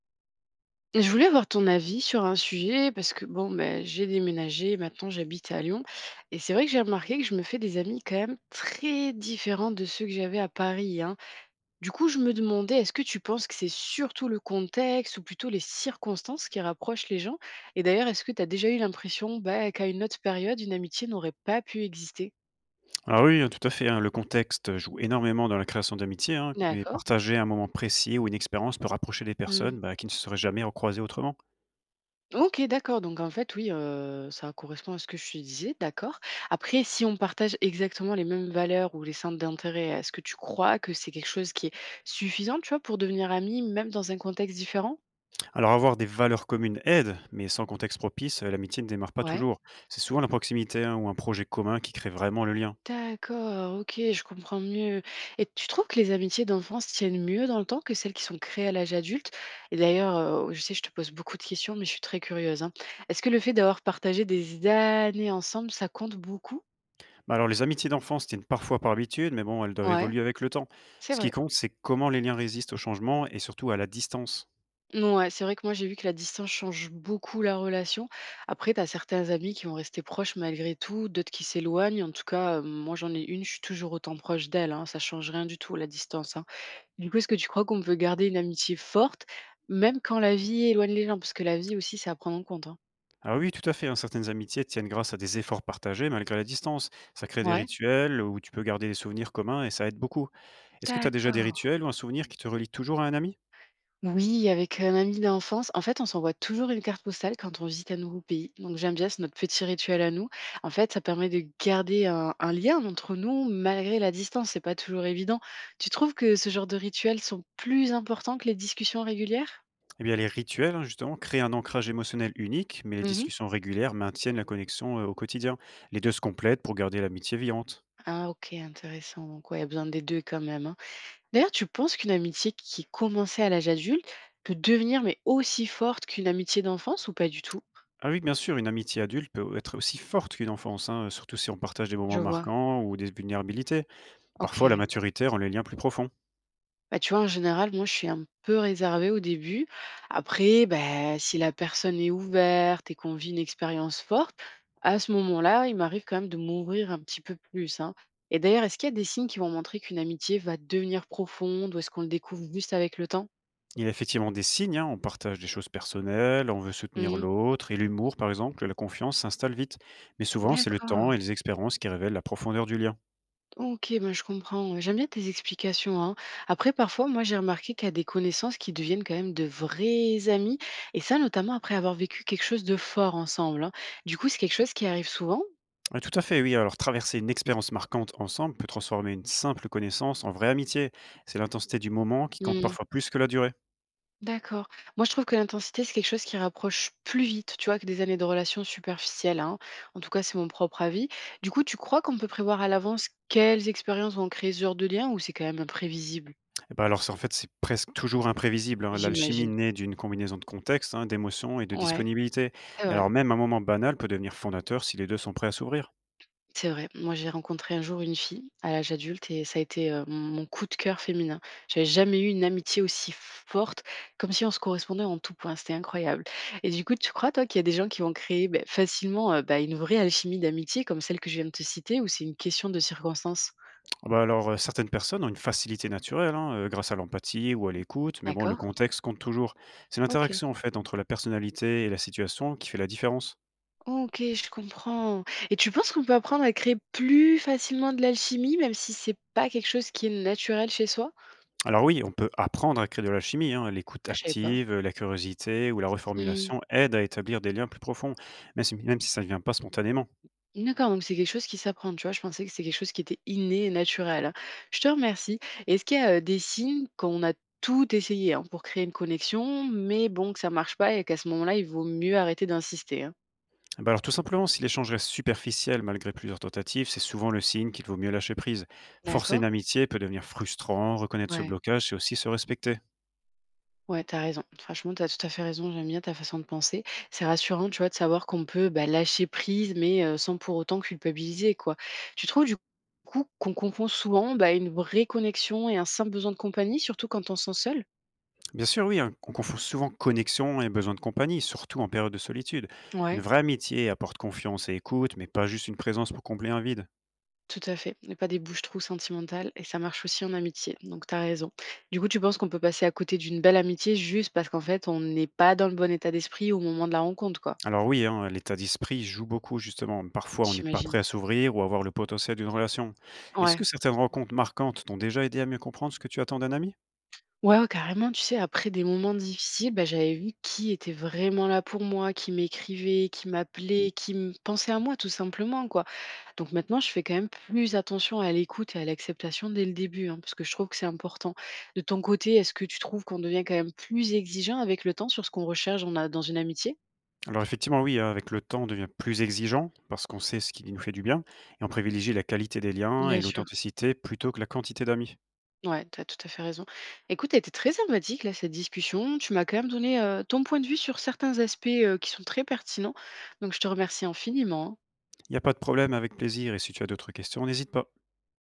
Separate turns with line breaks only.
Je voulais avoir ton avis sur un sujet parce que bon, ben, j'ai déménagé, maintenant j'habite à Lyon et c'est vrai que j'ai remarqué que je me fais des amis quand même très différents de ceux que j'avais à Paris, hein. Du coup, je me demandais, est-ce que tu penses que c'est surtout le contexte ou plutôt les circonstances qui rapprochent les gens? Et d'ailleurs, est-ce que tu as déjà eu l'impression bah, qu'à une autre période, une amitié n'aurait pas pu exister?
Ah oui, hein, tout à fait, hein, le contexte joue énormément dans la création d'amitié, hein, et
D'accord.
partager un moment précis ou une expérience peut rapprocher des personnes, bah, qui ne se seraient jamais recroisées autrement.
OK, d'accord, donc en fait, oui, ça correspond à ce que je te disais, d'accord. Après, si on partage exactement les mêmes valeurs ou les centres d'intérêt, est-ce que tu crois que c'est quelque chose qui est suffisant, tu vois, pour devenir amis, même dans un contexte différent?
Alors avoir des valeurs communes aide, mais sans contexte propice, l'amitié ne démarre pas
Ouais.
toujours. C'est souvent la proximité, hein, ou un projet commun qui crée vraiment le lien.
D'accord, OK, je comprends mieux et tu trouves que les amitiés d'enfance tiennent mieux dans le temps que celles qui sont créées à l'âge adulte? Et d'ailleurs, je sais, je te pose beaucoup de questions, mais je suis très curieuse, hein. Est-ce que le fait d'avoir partagé des années ensemble, ça compte beaucoup?
Bah, alors les amitiés d'enfance tiennent parfois par habitude, mais bon, elles doivent
Ouais,
évoluer avec le temps.
c'est
Ce qui
vrai.
compte, c'est comment les liens résistent au changement et surtout à la distance.
Non, ouais, c'est vrai que moi, j'ai vu que la distance change beaucoup la relation. Après, tu as certains amis qui vont rester proches malgré tout, d'autres qui s'éloignent. En tout cas, moi, j'en ai une, je suis toujours autant proche d'elle, hein, ça change rien du tout, la distance, hein. Du coup, est-ce que tu crois qu'on peut garder une amitié forte, même quand la vie éloigne les gens? Parce que la vie aussi, c'est à prendre en compte, hein.
Ah oui, tout à fait, hein, certaines amitiés tiennent grâce à des efforts partagés malgré la distance. Ça crée des
Ouais,
rituels où tu peux garder des souvenirs communs et ça aide beaucoup. Est-ce que tu as déjà des
d'accord.
rituels ou un souvenir qui te relie toujours à un ami?
Oui, avec un ami d'enfance. En fait, on s'envoie toujours une carte postale quand on visite un nouveau pays. Donc, j'aime bien, c'est notre petit rituel à nous. En fait, ça permet de garder un lien entre nous malgré la distance. C'est pas toujours évident. Tu trouves que ce genre de rituels sont plus importants que les discussions régulières?
Eh bien, les rituels, hein, justement, créent un ancrage émotionnel unique, mais les
Mhm.
discussions régulières maintiennent la connexion au quotidien. Les deux se complètent pour garder l'amitié vivante.
Ah, ok, intéressant. Donc, ouais, il y a besoin des deux quand même, hein. D'ailleurs, tu penses qu'une amitié qui commençait à l'âge adulte peut devenir mais aussi forte qu'une amitié d'enfance ou pas du tout?
Ah oui, bien sûr, une amitié adulte peut être aussi forte qu'une enfance, hein, surtout si on partage des moments
Je vois.
marquants ou des vulnérabilités. Parfois, la
Ok.
maturité rend les liens plus profonds.
Bah, tu vois, en général, moi, je suis un peu réservée au début. Après, bah, si la personne est ouverte et qu'on vit une expérience forte, à ce moment-là, il m'arrive quand même de m'ouvrir un petit peu plus, hein. Et d'ailleurs, est-ce qu'il y a des signes qui vont montrer qu'une amitié va devenir profonde ou est-ce qu'on le découvre juste avec le temps?
Il y a effectivement des signes, hein, on partage des choses personnelles, on veut soutenir
Mmh.
l'autre, et l'humour par exemple, la confiance s'installe vite. Mais souvent, c'est le temps
D'accord.
et les expériences qui révèlent la profondeur du lien.
OK, ben, je comprends. J'aime bien tes explications, hein. Après, parfois, moi, j'ai remarqué qu'il y a des connaissances qui deviennent quand même de vrais amis, et ça, notamment après avoir vécu quelque chose de fort ensemble, hein. Du coup, c'est quelque chose qui arrive souvent?
Ouais, tout à fait, oui. Alors traverser une expérience marquante ensemble peut transformer une simple connaissance en vraie amitié. C'est l'intensité du moment qui compte
Mmh,
parfois plus que la durée.
d'accord. Moi, je trouve que l'intensité, c'est quelque chose qui rapproche plus vite, tu vois, que des années de relations superficielles, hein. En tout cas, c'est mon propre avis. Du coup, tu crois qu'on peut prévoir à l'avance quelles expériences vont créer ce genre de lien, ou c'est quand même imprévisible?
Et ben alors en fait, c'est presque toujours imprévisible, hein. L'alchimie
J'imagine.
naît d'une combinaison de contexte, hein, d'émotions et de
Ouais,
disponibilité.
c'est
Et
vrai.
alors même un moment banal peut devenir fondateur si les deux sont prêts à s'ouvrir.
C'est vrai. Moi, j'ai rencontré un jour une fille à l'âge adulte et ça a été, mon coup de cœur féminin. J'avais jamais eu une amitié aussi forte, comme si on se correspondait en tout point, c'était incroyable et du coup, tu crois toi qu'il y a des gens qui vont créer, beh, facilement, bah, une vraie alchimie d'amitié comme celle que je viens de te citer ou c'est une question de circonstances?
Ah bah, alors, certaines personnes ont une facilité naturelle, hein, grâce à l'empathie ou à l'écoute, mais bon, le
D'accord.
contexte compte toujours. C'est
OK.
l'interaction, en fait, entre la personnalité et la situation qui fait la différence.
OK, je comprends et tu penses qu'on peut apprendre à créer plus facilement de l'alchimie, même si c'est pas quelque chose qui est naturel chez soi?
Alors oui, on peut apprendre à créer de l'alchimie, hein. L'écoute
Ah, je savais pas.
active, la curiosité ou la
Mmh.
reformulation aident à établir des liens plus profonds, même si ça ne vient pas spontanément.
D'accord, donc c'est quelque chose qui s'apprend, tu vois? Je pensais que c'est quelque chose qui était inné et naturel, hein. Je te remercie. Est-ce qu'il y a, des signes qu'on a tout essayé, hein, pour créer une connexion, mais bon, que ça marche pas et qu'à ce moment-là, il vaut mieux arrêter d'insister, hein?
Ah bah, alors, tout simplement, si l'échange reste superficiel malgré plusieurs tentatives, c'est souvent le signe qu'il vaut mieux lâcher prise. Forcer une
D'accord.
amitié peut devenir frustrant, reconnaître ce
Ouais,
blocage, c'est aussi se respecter.
ouais, t'as raison. Franchement, t'as tout à fait raison, j'aime bien ta façon de penser. C'est rassurant, tu vois, de savoir qu'on peut, bah, lâcher prise, mais sans pour autant culpabiliser, quoi. Tu trouves du coup qu'on confond souvent, bah, une vraie connexion et un simple besoin de compagnie, surtout quand on se sent seul?
Bien sûr, oui, hein, on confond souvent connexion et besoin de compagnie, surtout en période de solitude. Une
Ouais.
vraie amitié apporte confiance et écoute, mais pas juste une présence pour combler un vide.
Tout à fait, mais pas des bouches-trous sentimentales et ça marche aussi en amitié, donc t'as raison. Du coup, tu penses qu'on peut passer à côté d'une belle amitié juste parce qu'en fait, on n'est pas dans le bon état d'esprit au moment de la rencontre, quoi,
Alors oui, hein, l'état d'esprit joue beaucoup justement. Parfois, on n'est pas
j'imagine?
prêt à s'ouvrir ou à voir le potentiel d'une relation. Est-ce que
Ouais.
certaines rencontres marquantes t'ont déjà aidé à mieux comprendre ce que tu attends d'un ami?
Ouais, ouais, carrément, tu sais, après des moments difficiles, bah, j'avais vu qui était vraiment là pour moi, qui m'écrivait, qui m'appelait, qui me pensait à moi tout simplement, quoi. Donc maintenant, je fais quand même plus attention à l'écoute et à l'acceptation dès le début, hein, parce que je trouve que c'est important. De ton côté, est-ce que tu trouves qu'on devient quand même plus exigeant avec le temps sur ce qu'on recherche dans, dans une amitié?
Alors effectivement, oui, hein, avec le temps, on devient plus exigeant parce qu'on sait ce qui nous fait du bien et on privilégie la qualité des liens
Bien
et
sûr.
l'authenticité plutôt que la quantité d'amis.
Ouais, tu as tout à fait raison. Écoute, elle était très sympathique, là, cette discussion. Tu m'as quand même donné ton point de vue sur certains aspects qui sont très pertinents. Donc, je te remercie infiniment, hein.
Il n'y a pas de problème, avec plaisir, et si tu as d'autres questions, n'hésite pas.